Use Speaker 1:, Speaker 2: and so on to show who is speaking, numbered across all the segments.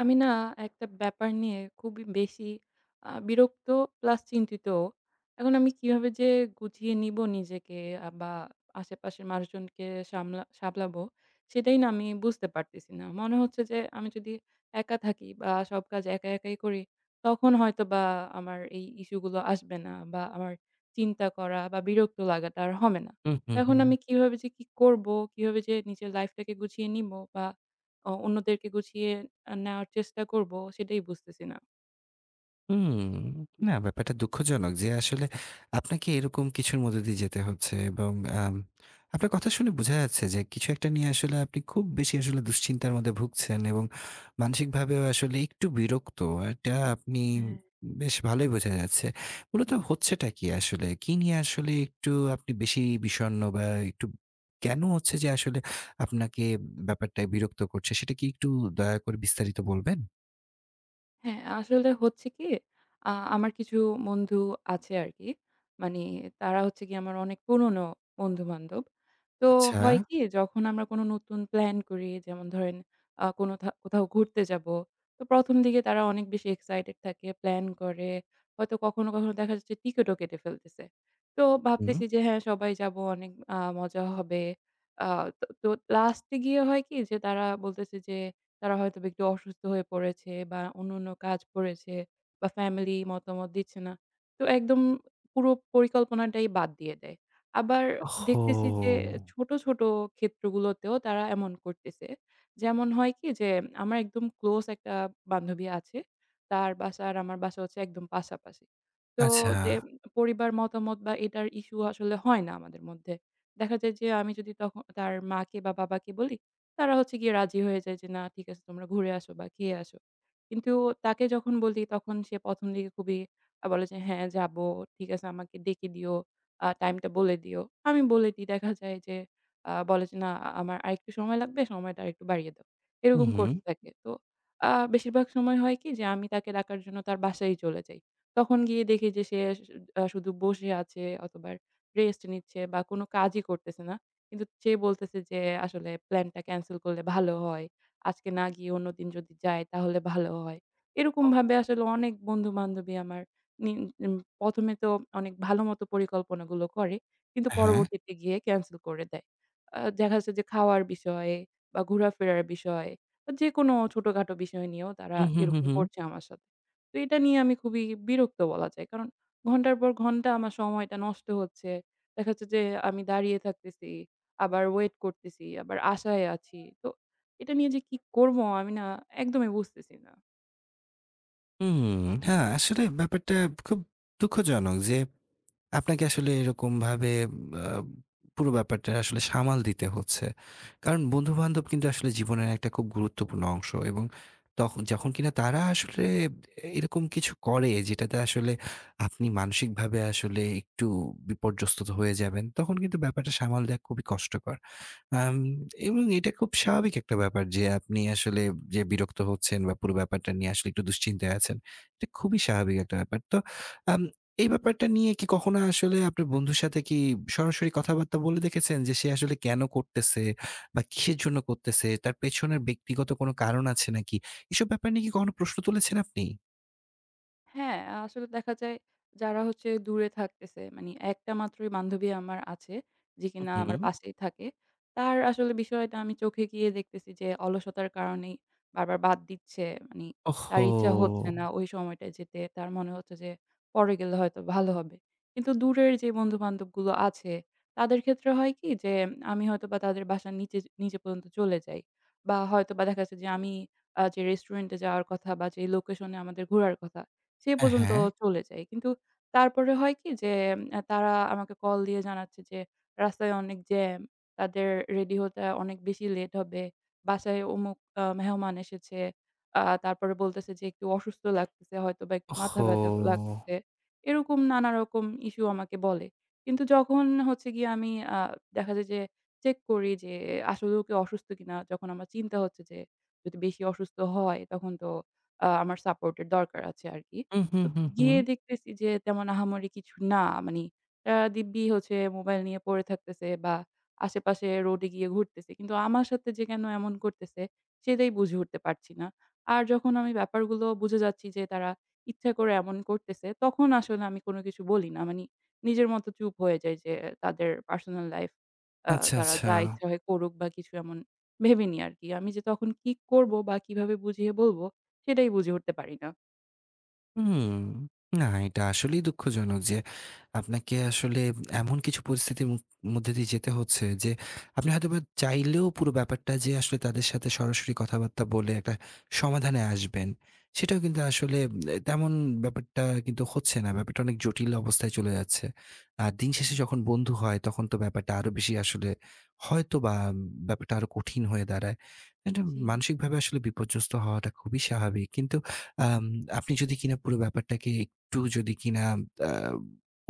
Speaker 1: আমি না একটা ব্যাপার নিয়ে খুবই বেশি বিরক্ত প্লাস চিন্তিতও। এখন আমি কিভাবে যে গুছিয়ে নিব নিজেকে বা আশেপাশের মানুষজনকে সামলাবো সেটাই না আমি বুঝতে পারতেছি না। মনে হচ্ছে যে আমি যদি একা থাকি বা সব কাজ একা একাই করি তখন হয়তোবা আমার এই ইস্যুগুলো আসবে না বা আমার চিন্তা করা বা বিরক্ত লাগাটা আর হবে না।
Speaker 2: হুম,
Speaker 1: তো
Speaker 2: হুম,
Speaker 1: এখন
Speaker 2: হুম।
Speaker 1: আমি কিভাবে যে কি করব? কিভাবে যে নিজের লাইফটাকে গুছিয়ে নিব বা অন্যদেরকে গুছিয়ে নেওয়ার চেষ্টা করব সেটাই বুঝতেছি না।
Speaker 2: হুম, না, ব্যাপারটা দুঃখজনক যে আসলে আপনাকে এরকম কিছুর মধ্য দিয়ে যেতে হচ্ছে। এবং আম আপনার কথা শুনে বোঝা যাচ্ছে যে কিছু একটা নিয়ে আসলে আপনি খুব বেশি আসলে দুশ্চিন্তার মধ্যে ভুগছেন এবং মানসিকভাবেও আসলে একটু বিরক্ত। এটা আপনি
Speaker 1: হ্যাঁ।
Speaker 2: বেশ ভালোই বোঝা যাচ্ছে। মূলত হচ্ছেটা কি আসলে? কি নিয়ে আসলে একটু আপনি বেশি বিষণ্ণ বা একটু কেন হচ্ছে যে আসলে আপনাকে ব্যাপারটা বিরক্ত করছে, সেটা কি একটু দয়া করে বিস্তারিত বলবেন?
Speaker 1: হ্যাঁ, আসলে হচ্ছে কি আমার কিছু বন্ধু আছে আরকি। মানে তারা হচ্ছে গিয়ে আমার অনেক পুরনো বন্ধু-বান্ধব। তো
Speaker 2: আচ্ছা।
Speaker 1: হয় কি যখন আমরা কোনো নতুন প্ল্যান করি যেমন ধরেন আ কোনো থা কোথাও ঘুরতে যাবো। তো ১ম দিকে তারা অনেক বেশি এক্সাইটেড থাকে, প্ল্যান করে। হয়তো কখনো, কখনো দেখা যাচ্ছে টিকিটও কেটে ফেলতেছে। তো
Speaker 2: হুম।
Speaker 1: ভাবতেছি যে হ্যাঁ, সবাই যাবো অনেক মজা হবে। আ তো তো লাস্টে গিয়ে হয় কি যে তারা বলতেছে যে তারা হয়তোবা একটু অসুস্থ হয়ে পড়েছে বা অন্যান্য কাজ পড়েছে বা ফ্যামিলি মতামত দিচ্ছে না। তো একদম পুরো পরিকল্পনাটাই বাদ দিয়ে দেয়। আবার দেখতেছি যে
Speaker 2: ওহো!
Speaker 1: ছোট, ছোট ক্ষেত্রগুলোতেও তারা এমন করতেছে। যেমন হয় কি যে আমার একদম ক্লোজ একটা বান্ধবী আছে। তার বাসা আর আমার বাসা হচ্ছে একদম পাশাপাশি। তো
Speaker 2: আচ্ছা।
Speaker 1: যে পরিবার মতামত বা এটার ইস্যু আসলে হয় না আমাদের মধ্যে। দেখা যায় যে আমি যদি তখন তার মাকে বা বাবাকে বলি তারা হচ্ছে গিয়ে রাজি হয়ে যায় যে, "না ঠিক আছে তোমরা ঘুরে আসো বা খেয়ে আসো।" কিন্তু তাকে যখন বলি তখন সে ১ম দিকে খুবই বলে যে, "হ্যাঁ যাবো। ঠিক আছে আমাকে ডেকে দিও। টাইমটা বলে দিও।" আমি বলে দিই দেখা যায় যে বলে যে, "না আমার আরেকটু সময় লাগবে, সময়টা আরেকটু বাড়িয়ে দাও।"
Speaker 2: হু,
Speaker 1: এরকম
Speaker 2: হুম।
Speaker 1: করতে থাকে। তো বেশিরভাগ সময় হয় কি যে আমি তাকে ডাকার জন্য তার বাসায়ই চলে যাই। তখন গিয়ে দেখি যে সে শুধু বসে আছে অথবা রেস্ট নিচ্ছে বা কোনো কাজই করতেছে না। কিন্তু সে বলতেছে যে আসলে প্ল্যানটা ক্যানসেল করলে ভালো হয়। আজকে না গিয়ে অন্যদিন যদি যাই তাহলে ভালো হয়।
Speaker 2: ও,
Speaker 1: এরকমভাবে আসলে অনেক বন্ধু-বান্ধবী আমার নিন উম ১ম এ তো অনেক ভালো মতো পরিকল্পনাগুলো করে। কিন্তু
Speaker 2: হ্যাঁ।
Speaker 1: পরবর্তীতে গিয়ে ক্যানসেল করে দেয়। দেখা যাচ্ছে যে খাওয়ার বিষয়ে বা ঘোরাফেরার বিষয়ে বা যেকোনো ছোটখাটো বিষয় নিয়েও তারা
Speaker 2: হু, হু, হু,
Speaker 1: এরকম
Speaker 2: হু।
Speaker 1: করছে আমার সাথে। তো এটা নিয়ে আমি খুবই বিরক্ত বলা যায়। কারণ ঘন্টার পর ঘন্টা আমার সময়টা নষ্ট হচ্ছে। দেখা যাচ্ছে যে আমি দাঁড়িয়ে থাকতেছি। আবার ওয়েট করতেছি, আবার আশায় আছি। তো এটা নিয়ে যে কি করব আমি না একদমই বুঝতেছি না।
Speaker 2: হুম। হ্যাঁ, আসলে ব্যাপারটা খুব দুঃখজনক যে আপনাকে আসলে এরকমভাবে আ পুরো ব্যাপারটা আসলে সামাল দিতে হচ্ছে। কারণ বন্ধু-বান্ধব কিন্তু আসলে জীবনের একটা খুব গুরুত্বপূর্ণ অংশ। এবং তখন যখন কিনা তারা আসলে এরকম কিছু করে যেটাতে আসলে আপনি মানসিকভাবে আসলে একটু বিপর্যস্ত হয়ে যাবেন, তখন কিন্তু ব্যাপারটা সামাল দেওয়া খুবই কষ্টকর। আম এবং এটা খুব স্বাভাবিক একটা ব্যাপার যে আপনি আসলে যে বিরক্ত হচ্ছেন বা পুরো ব্যাপারটা নিয়ে আসলে একটু দুশ্চিন্তায় আছেন। এটা খুবই স্বাভাবিক একটা ব্যাপার। তো আম এই ব্যাপারটা নিয়ে কি কখনো আসলে আপনার বন্ধুর সাথে কি সরাসরি কথাবার্তা বলে দেখেছেন যে সে আসলে কেন করতেছে বা কিসের জন্য করতেছে? তার পেছনের ব্যক্তিগত কোনো কারণ আছে নাকি? এসব ব্যাপার নিয়ে কি কখনো প্রশ্ন তুলেছেন আপনি?
Speaker 1: হ্যাঁ, আসলে দেখা যায় যারা হচ্ছে দূরে থাকতেছে মানে একটা মাত্রই বান্ধবী আমার আছে যে কিনা
Speaker 2: হু,
Speaker 1: আমার
Speaker 2: হুম।
Speaker 1: পাশেই থাকে। তার আসলে বিষয়টা আমি চোখে গিয়ে দেখতেছি যে অলসতার কারণেই বারবার বাদ দিচ্ছে। মানে তার
Speaker 2: ওহহো!
Speaker 1: ইচ্ছা হচ্ছে না ওই সময়টায় যেতে। তার মনে হচ্ছে যে পরে গেলে হয়তো ভালো হবে। কিন্তু দূরের যে বন্ধু-বান্ধবগুলো আছে তাদের ক্ষেত্রে হয় কি যে আমি হয়তোবা তাদের বাসার নিচে নিচে পর্যন্ত চলে যাই। বা হয়তোবা দেখা যাচ্ছে যে আমি যে রেস্টুরেন্টে যাওয়ার কথা বা যে লোকেশনে আমাদের ঘোরার কথা সে
Speaker 2: হ্যাঁ,
Speaker 1: পর্যন্ত
Speaker 2: হ্যাঁ।
Speaker 1: চলে যাই। কিন্তু তারপরে হয় কি যে তারা আমাকে কল দিয়ে জানাচ্ছে যে রাস্তায় অনেক জ্যাম, তাদের রেডি হতে অনেক বেশি লেট হবে। বাসায় অমুক মেহমান এসেছে। তারপরে বলতেছে যে একটু অসুস্থ লাগতেছে হয়তোবা একটু মাথা ব্যাথা
Speaker 2: ওহহো!
Speaker 1: লাগতেছে। এরকম নানা রকম ইস্যু আমাকে বলে। কিন্তু যখন হচ্ছে গিয়ে আমি আ দেখা যায় যে চেক করি যে আসলেও কি অসুস্থ কিনা? যখন আমার চিন্তা হচ্ছে যে যদি বেশি অসুস্থ হয় তখন তো আমার সাপোর্ট এর দরকার আছে আরকি।
Speaker 2: হুম, হুম,
Speaker 1: তো
Speaker 2: হুম, হুম।
Speaker 1: গিয়ে দেখতেছি যে তেমন আহামরি কিছু না। মানি তারা দিব্যি হচ্ছে মোবাইল নিয়ে পড়ে থাকতেছে বা আশেপাশে রোডে গিয়ে ঘুরতেছে। কিন্তু আমার সাথে যে কেন এমন করতেছে সেটাই বুঝে উঠতে পারছি না। আর যখন আমি ব্যাপারগুলো বুঝে যাচ্ছি যে তারা ইচ্ছা করে এমন করতেছে, তখন আসলে আমি কোনো কিছু বলি না। মানি নিজের মতো চুপ হয়ে যাই যে তাদের পার্সোনাল লাইফ
Speaker 2: আচ্ছা,
Speaker 1: তারা
Speaker 2: আচ্ছা।
Speaker 1: যা ইচ্ছা হয় করুক বা কিছু এমন ভেবে নিই আরকি। আমি যে তখন কি করব বা কিভাবে বুঝিয়ে বলব সেটাই বুঝে উঠতে পারি না।
Speaker 2: হুম। না, এটা আসলেই দুঃখজনক যে আপনাকে আসলে এমন কিছু পরিস্থিতির মধ্যে দিয়ে যেতে হচ্ছে যে আপনি হয়তোবা চাইলেও পুরো ব্যাপারটা যে আসলে তাদের সাথে সরাসরি কথাবার্তা বলে একটা সমাধানে আসবেন, সেটাও কিন্তু আসলে তেমন ব্যাপারটা কিন্তু হচ্ছে না। ব্যাপারটা অনেক জটিল অবস্থায় চলে যাচ্ছে। আর দিন শেষে
Speaker 1: হ্যাঁ,
Speaker 2: যখন বন্ধু হয়, তখন তো ব্যাপারটা আরো বেশি আসলে হয়তোবা ব্যাপারটা আরো কঠিন হয়ে দাঁড়ায়। এটা
Speaker 1: জি।
Speaker 2: মানসিকভাবে আসলে বিপর্যস্ত হওয়াটা খুবই স্বাভাবিক। কিন্তু আম আপনি যদি কিনা পুরো ব্যাপারটাকে একটু যদি কিনা আ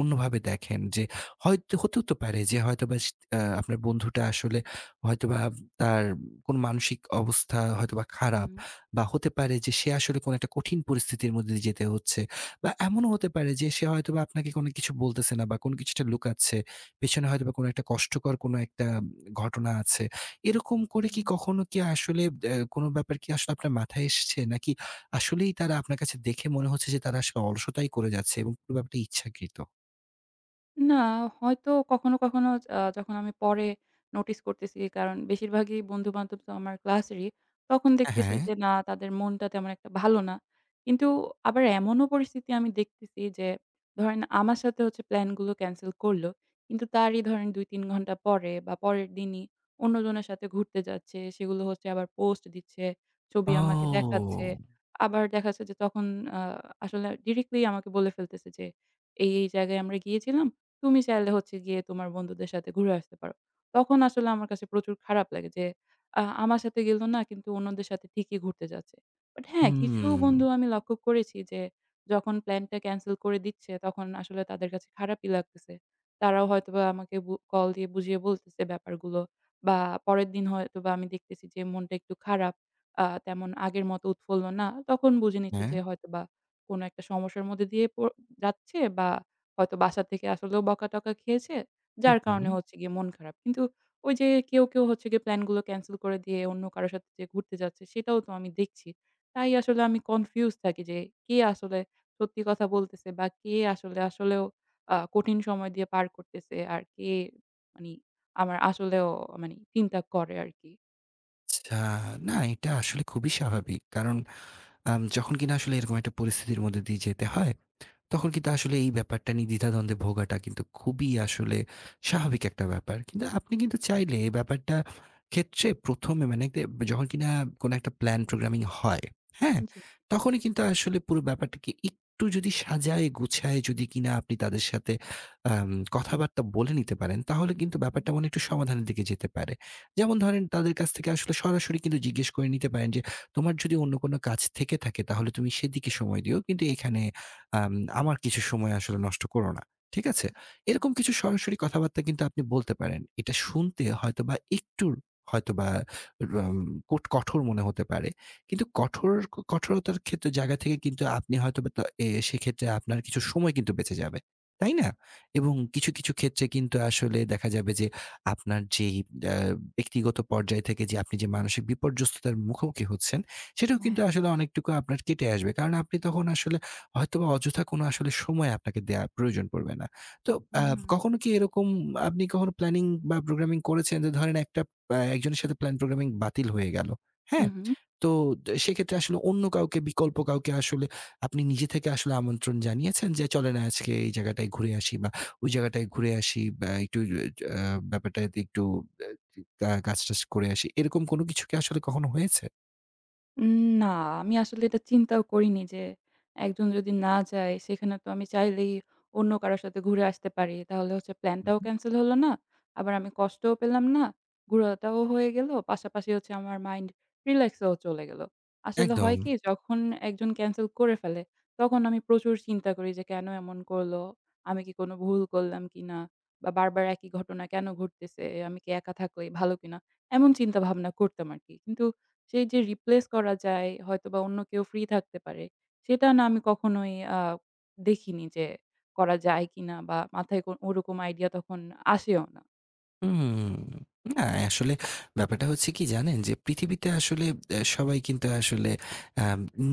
Speaker 2: অন্যভাবে দেখেন যে হয়তো হতেও তো পারে যে হয়তোবা স আ আপনার বন্ধুটা আসলে হয়তোবা তার কোন মানসিক অবস্থা হয়তোবা খারাপ,
Speaker 1: হুম,
Speaker 2: বা হতে পারে যে সে আসলে কোন একটা কঠিন পরিস্থিতির মধ্যে দিয়ে যেতে হচ্ছে, বা এমনও হতে পারে যে সে হয়তোবা আপনাকে কোনো কিছু বলতেছে না বা কোনো কিছুটা লুকাচ্ছে। পেছনে হয়তোবা কোনো একটা কষ্টকর কোনো একটা ঘটনা আছে। এরকম
Speaker 1: হুম,
Speaker 2: করে কি
Speaker 1: হুম,
Speaker 2: কখনো কি আসলে কোনো ব্যাপার কি আসলে আপনার মাথায় এসছে? নাকি আসলেই তারা আপনার কাছে দেখে মনে হচ্ছে যে তারা আসলে অলসতাই করে যাচ্ছে এবং পুরো ব্যাপারটা ইচ্ছাকৃত?
Speaker 1: না, হয়তো কখনো, কখনো যখন আমি পরে নোটিস করতেছি কারণ বেশিরভাগই বন্ধু-বান্ধব তো আমার ক্লাসেরই। তখন দেখতেছি
Speaker 2: হ্যাঁ।
Speaker 1: যে না তাদের মনটা তেমন একটা ভালো না। কিন্তু আবার এমনও পরিস্থিতি আমি দেখতেছি যে ধরেন আমার সাথে হচ্ছে প্ল্যান গুলো ক্যানসেল করল। কিন্তু তারই ধরেন ২-৩ ঘন্টা পরে বা পরের দিনই অন্যজনের সাথে ঘুরতে যাচ্ছে। সেগুলো হচ্ছে আবার পোস্ট দিচ্ছে, ছবি আমাকে
Speaker 2: ও!
Speaker 1: দেখাচ্ছে। আবার দেখা যাচ্ছে যে তখন আ আসলে ডিরেক্টলি আমাকে বলে ফেলতেছে যে, "এই, এই জায়গায় আমরা গিয়েছিলাম। তুমি চাইলে হচ্ছে গিয়ে তোমার বন্ধুদের সাথে ঘুরে আসতে পারো। তখন আসলে আমার কাছে প্রচুর খারাপ লাগে যে, আমার সাথে গেল না কিন্তু অন্যদের সাথে ঠিকই ঘুরতে যাচ্ছে। বাট হ্যাঁ, কিছু
Speaker 2: হুম।
Speaker 1: বন্ধু আমি লক্ষ্য করেছি যে, যখন প্ল্যানটা ক্যানসেল করে দিচ্ছে তখন আসলে তাদের কাছে খারাপই লাগতেছে। তারাও হয়তোবা আমাকে কল দিয়ে বুঝিয়ে বলতেছে ব্যাপারগুলো বা পরের দিন হয়তোবা আমি দেখতেছি যে, মনটা একটু খারাপ। তেমন আগের মতো উৎফুল্ল না। তখন বুঝে নিচ্ছি
Speaker 2: হ্যাঁ।
Speaker 1: যে, হয়তোবা কোনো একটা সমস্যার মধ্যে দিয়ে যাচ্ছে বা হয়তো বাসা থেকে আসলেও বকা-টকা খেয়েছে।
Speaker 2: হু,
Speaker 1: যার কারণে
Speaker 2: হুম।
Speaker 1: হচ্ছে গিয়ে মন খারাপ। কিন্তু ওই যে কেউ, কেউ হচ্ছে গিয়ে প্ল্যান গুলো ক্যানসেল করে দিয়ে অন্য কারো সাথে যে ঘুরতে যাচ্ছে সেটাও তো আমি দেখছি। তাই আসলে আমি কনফিউজ থাকি যে কে আসলে সত্যি কথা বলতেছে বা কে আসলে আসলেও কঠিন সময় দিয়ে পার করতেছে আর কে মানি আমার আসলেও মানি চিন্তা করে আরকি।
Speaker 2: আচ্ছা। না, এটা আসলে খুবই স্বাভাবিক। কারণ যখন কিনা আসলে এরকম একটা পরিস্থিতির মধ্যে দিয়ে যেতে হয়, তখন কিন্তু আসলে এই ব্যাপারটা নিয়ে দ্বিধাদ্বন্দ্বে ভোগাটা কিন্তু খুবই আসলে স্বাভাবিক একটা ব্যাপার। কিন্তু আপনি কিন্তু চাইলে এই ব্যাপারটা ক্ষেত্রে ১ম এ মানে যখন কিনা কোনো একটা প্ল্যান প্রোগ্রামিং হয়, হ্যাঁ?
Speaker 1: জি।
Speaker 2: তখনই কিন্তু আসলে পুরো ব্যাপারটাকে একটু যদি সাজায় গুছায় যদি কিনা আপনি তাদের সাথে আম কথাবার্তা বলে নিতে পারেন, তাহলে কিন্তু
Speaker 1: হুম।
Speaker 2: ব্যাপারটা মনে হয় একটু সমাধানের দিকে যেতে পারে। যেমন ধরেন, তাদের কাছ থেকে আসলে সরাসরি কিন্তু জিজ্ঞেস করে নিতে পারেন যে, "তোমার যদি অন্য কোনো কাজ থেকে থাকে তাহলে তুমি সেদিকে সময় দিও। কিন্তু এখানে আম আমার কিছু সময় আসলে নষ্ট করো না।" ঠিক আছে?
Speaker 1: আ
Speaker 2: এরকম কিছু সরাসরি কথাবার্তা কিন্তু আপনি বলতে পারেন। এটা শুনতে হয়তোবা একটু হয়তোবা রম কোট কঠোর মনে হতে পারে। কিন্তু কঠোরতার ক্ষেত্রে জায়গা থেকে কিন্তু আপনি হয়তোবা তা এ সেক্ষেত্রে আপনার কিছু সময় কিন্তু বেঁচে যাবে। তাই না? এবং কিছু, কিছু ক্ষেত্রে কিন্তু আসলে দেখা যাবে যে আপনার যেই আ ব্যক্তিগত পর্যায় থেকে যে আপনি যে মানসিক বিপর্যস্ততার মুখোমুখি হচ্ছেন, সেটাও
Speaker 1: হ্যাঁ।
Speaker 2: কিন্তু আসলে অনেকটুকু আপনার কেটে আসবে। কারণ আপনি তখন আসলে হয়তোবা অযথা কোনো আসলে সময় আপনাকে দেয়া প্রয়োজন পড়বে না। তো আ
Speaker 1: হুম, হুম।
Speaker 2: কখনো কি এরকম আপনি কখনো প্ল্যানিং বা প্রোগ্রামিং করেছেন যে ধরেন একটা একজনের সাথে প্ল্যান প্রোগ্রামিং বাতিল হয়ে গেল? হ্যাঁ?
Speaker 1: হুম, হুম।
Speaker 2: তো সেক্ষেত্রে আসলে অন্য কাউকে, বিকল্প কাউকে আসলে আপনি নিজে থেকে আসলে আমন্ত্রণ জানিয়েছেন যে, "চলেন আজকে এই জায়গাটায় ঘুরে আসি বা ওই জায়গাটায় ঘুরে আসি বা একটু আ ব্যাপারটাতে একটু কাজ-টাজ করে আসি।" এরকম কোনো কিছু কি আসলে কখনো হয়েছে?
Speaker 1: উম না, আমি আসলে এটা চিন্তাও করিনি যে একজন যদি না যায় সেখানে তো আমি চাইলেই অন্য কারো সাথে ঘুরে আসতে পারি। তাহলে হচ্ছে প্ল্যানটাও
Speaker 2: হুম।
Speaker 1: ক্যানসেল হলো না। আবার আমি কষ্টও পেলাম না। ঘোরাটাও হয়ে গেল। পাশাপাশি হচ্ছে আমার মাইন্ড রিল্যাক্সেও চলে গেল। আসলে হয়
Speaker 2: একদম।
Speaker 1: কি যখন একজন ক্যানসেল করে ফেলে তখন আমি প্রচুর চিন্তা করি যে কেন এমন করলো? আমি কি কোনো ভুল করলাম কিনা? বা বারবার একই ঘটনা কেন ঘটতেছে? আমি কি একা থাকলেই ভালো কিনা? এমন চিন্তা ভাবনা করতাম আরকি। কিন্তু সেই যে রিপ্লেস করা যায় হয়তোবা অন্য কেউ ফ্রি থাকতে পারে। সেটা না আমি কখনোই দেখিনি যে করা যায় কিনা বা মাথায় ওরকম আইডিয়া তখন আসেও না।
Speaker 2: হুম, না, আসলে ব্যাপারটা হচ্ছে কি জানেন? যে পৃথিবীতে আসলে সবাই কিন্তু আসলে আ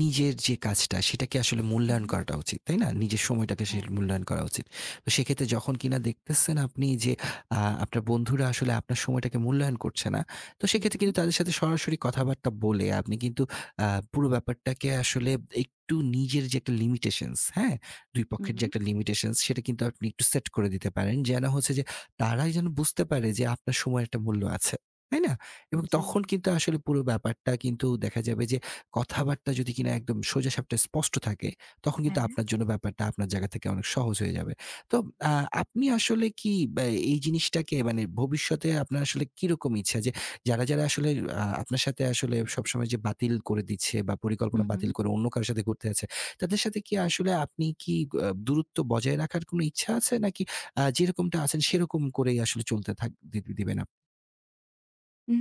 Speaker 2: নিজের যে কাজটা সেটাকে আসলে মূল্যায়ন
Speaker 1: হুম,
Speaker 2: করাটা উচিত, তাই না? নিজের সময়টাকে সে
Speaker 1: হ্যাঁ।
Speaker 2: মূল্যায়ন করা উচিত। তো সেক্ষেত্রে যখন কিনা দেখতেছেন আপনি যে আ আপনার বন্ধুরা আসলে আপনার সময়টাকে মূল্যায়ন করছে না, তো সেক্ষেত্রে
Speaker 1: হুম,
Speaker 2: কিন্তু তাদের সাথে সরাসরি কথাবার্তা বলে আপনি কিন্তু আ পুরো ব্যাপারটাকে আসলে একটু নিজের যে একটা লিমিটেশনস, হ্যাঁ? ২
Speaker 1: হুম,
Speaker 2: পক্ষের যে
Speaker 1: হুম।
Speaker 2: একটা লিমিটেশনস সেটা কিন্তু আপনি একটু সেট করে দিতে পারেন। যেন হচ্ছে যে তারাই যেন বুঝতে পারে যে আপনার সময়ের একটা মূল্য আছে। তাই না? এবং
Speaker 1: জি,
Speaker 2: তখন কিন্তু আসলে পুরো ব্যাপারটা কিন্তু দেখা যাবে যে কথাবার্তা যদি কিনা একদম সোজাসাপটা স্পষ্ট থাকে, তখন কিন্তু
Speaker 1: হ্যাঁ।
Speaker 2: আপনার জন্য ব্যাপারটা আপনার জায়গা থেকে অনেক সহজ হয়ে যাবে। তো আ আপনি আসলে কি এই জিনিসটাকে, মানে ভবিষ্যতে আপনার আসলে কিরকম ইচ্ছা যে যারা, যারা আসলে আপনার সাথে আসলে সবসময় যে বাতিল করে দিচ্ছে বা পরিকল্পনা
Speaker 1: হুম।
Speaker 2: বাতিল করে অন্য কারো সাথে ঘুরতে যাচ্ছে, তাদের সাথে কি আসলে আপনি কি দূরত্ব বজায় রাখার কোনো ইচ্ছা আছে? নাকি যেরকমটা আছেন সেরকম করেই আসলে চলতে থাক দি দিবেন আপনি?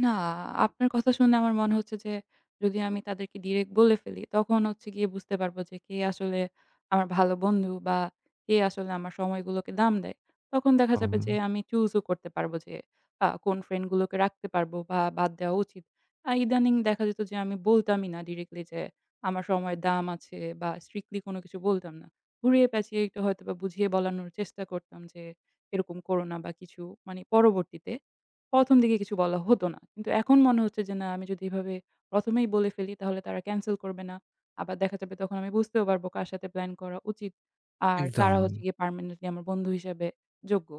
Speaker 1: না, আপনার কথা শুনে আমার মনে হচ্ছে যে যদি আমি তাদেরকে ডিরেক্ট বলে ফেলি, তখন হচ্ছে গিয়ে বুঝতে পারবো যে কে আসলে আমার ভালো বন্ধু বা কে আসলে আমার সময়গুলোকে দাম দেয়। তখন দেখা
Speaker 2: একদম,
Speaker 1: যাবে যে আমি চুজও করতে পারবো যে কোন ফ্রেন্ড গুলোকে রাখতে পারবো বা বাদ দেওয়া উচিত। ইদানিং দেখা যেত যে আমি বলতামই না ডিরেক্টলি যে আমার সময়ের দাম আছে বা স্ট্রিক্টলি কোনো কিছু বলতাম না। ঘুরিয়ে পেঁচিয়ে একটু হয়তোবা বুঝিয়ে বলানোর চেষ্টা করতাম যে এরকম করো না বা কিছু মানে পরবর্তীতে। ১ম দিকে কিছু বলা হতো না। কিন্তু এখন মনে হচ্ছে যে না আমি যদি এভাবে ১ম এই বলে ফেলি তাহলে তারা ক্যানসেল করবে না। আবার দেখা যাবে তখন আমি বুঝতেও পারবো কার সাথে প্ল্যান করা উচিত। আর কারা
Speaker 2: একদম।
Speaker 1: হচ্ছে গিয়ে পার্মানেন্টলি আমার বন্ধু হিসাবে যোগ্য।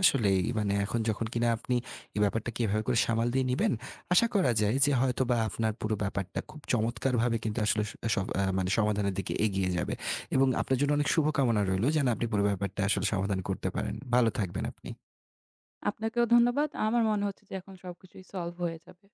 Speaker 2: আসলেই, মানে এখন যখন কিনা আপনি এই ব্যাপারটাকে এভাবে করে সামাল দিয়ে নিবেন, আশা করা যায় যে হয়তোবা আপনার পুরো ব্যাপারটা খুব চমৎকারভাবে কিন্তু আসলে সব মানে সমাধানের দিকে এগিয়ে যাবে এবং আপনার জন্য অনেক শুভকামনা রইলো যেন আপনি পুরো ব্যাপারটা আসলে সমাধান করতে পারেন। ভালো থাকবেন আপনি।
Speaker 1: আপনাকেও ধন্যবাদ। আমার মনে হচ্ছে যে এখন সবকিছুই সলভ হয়ে যাবে।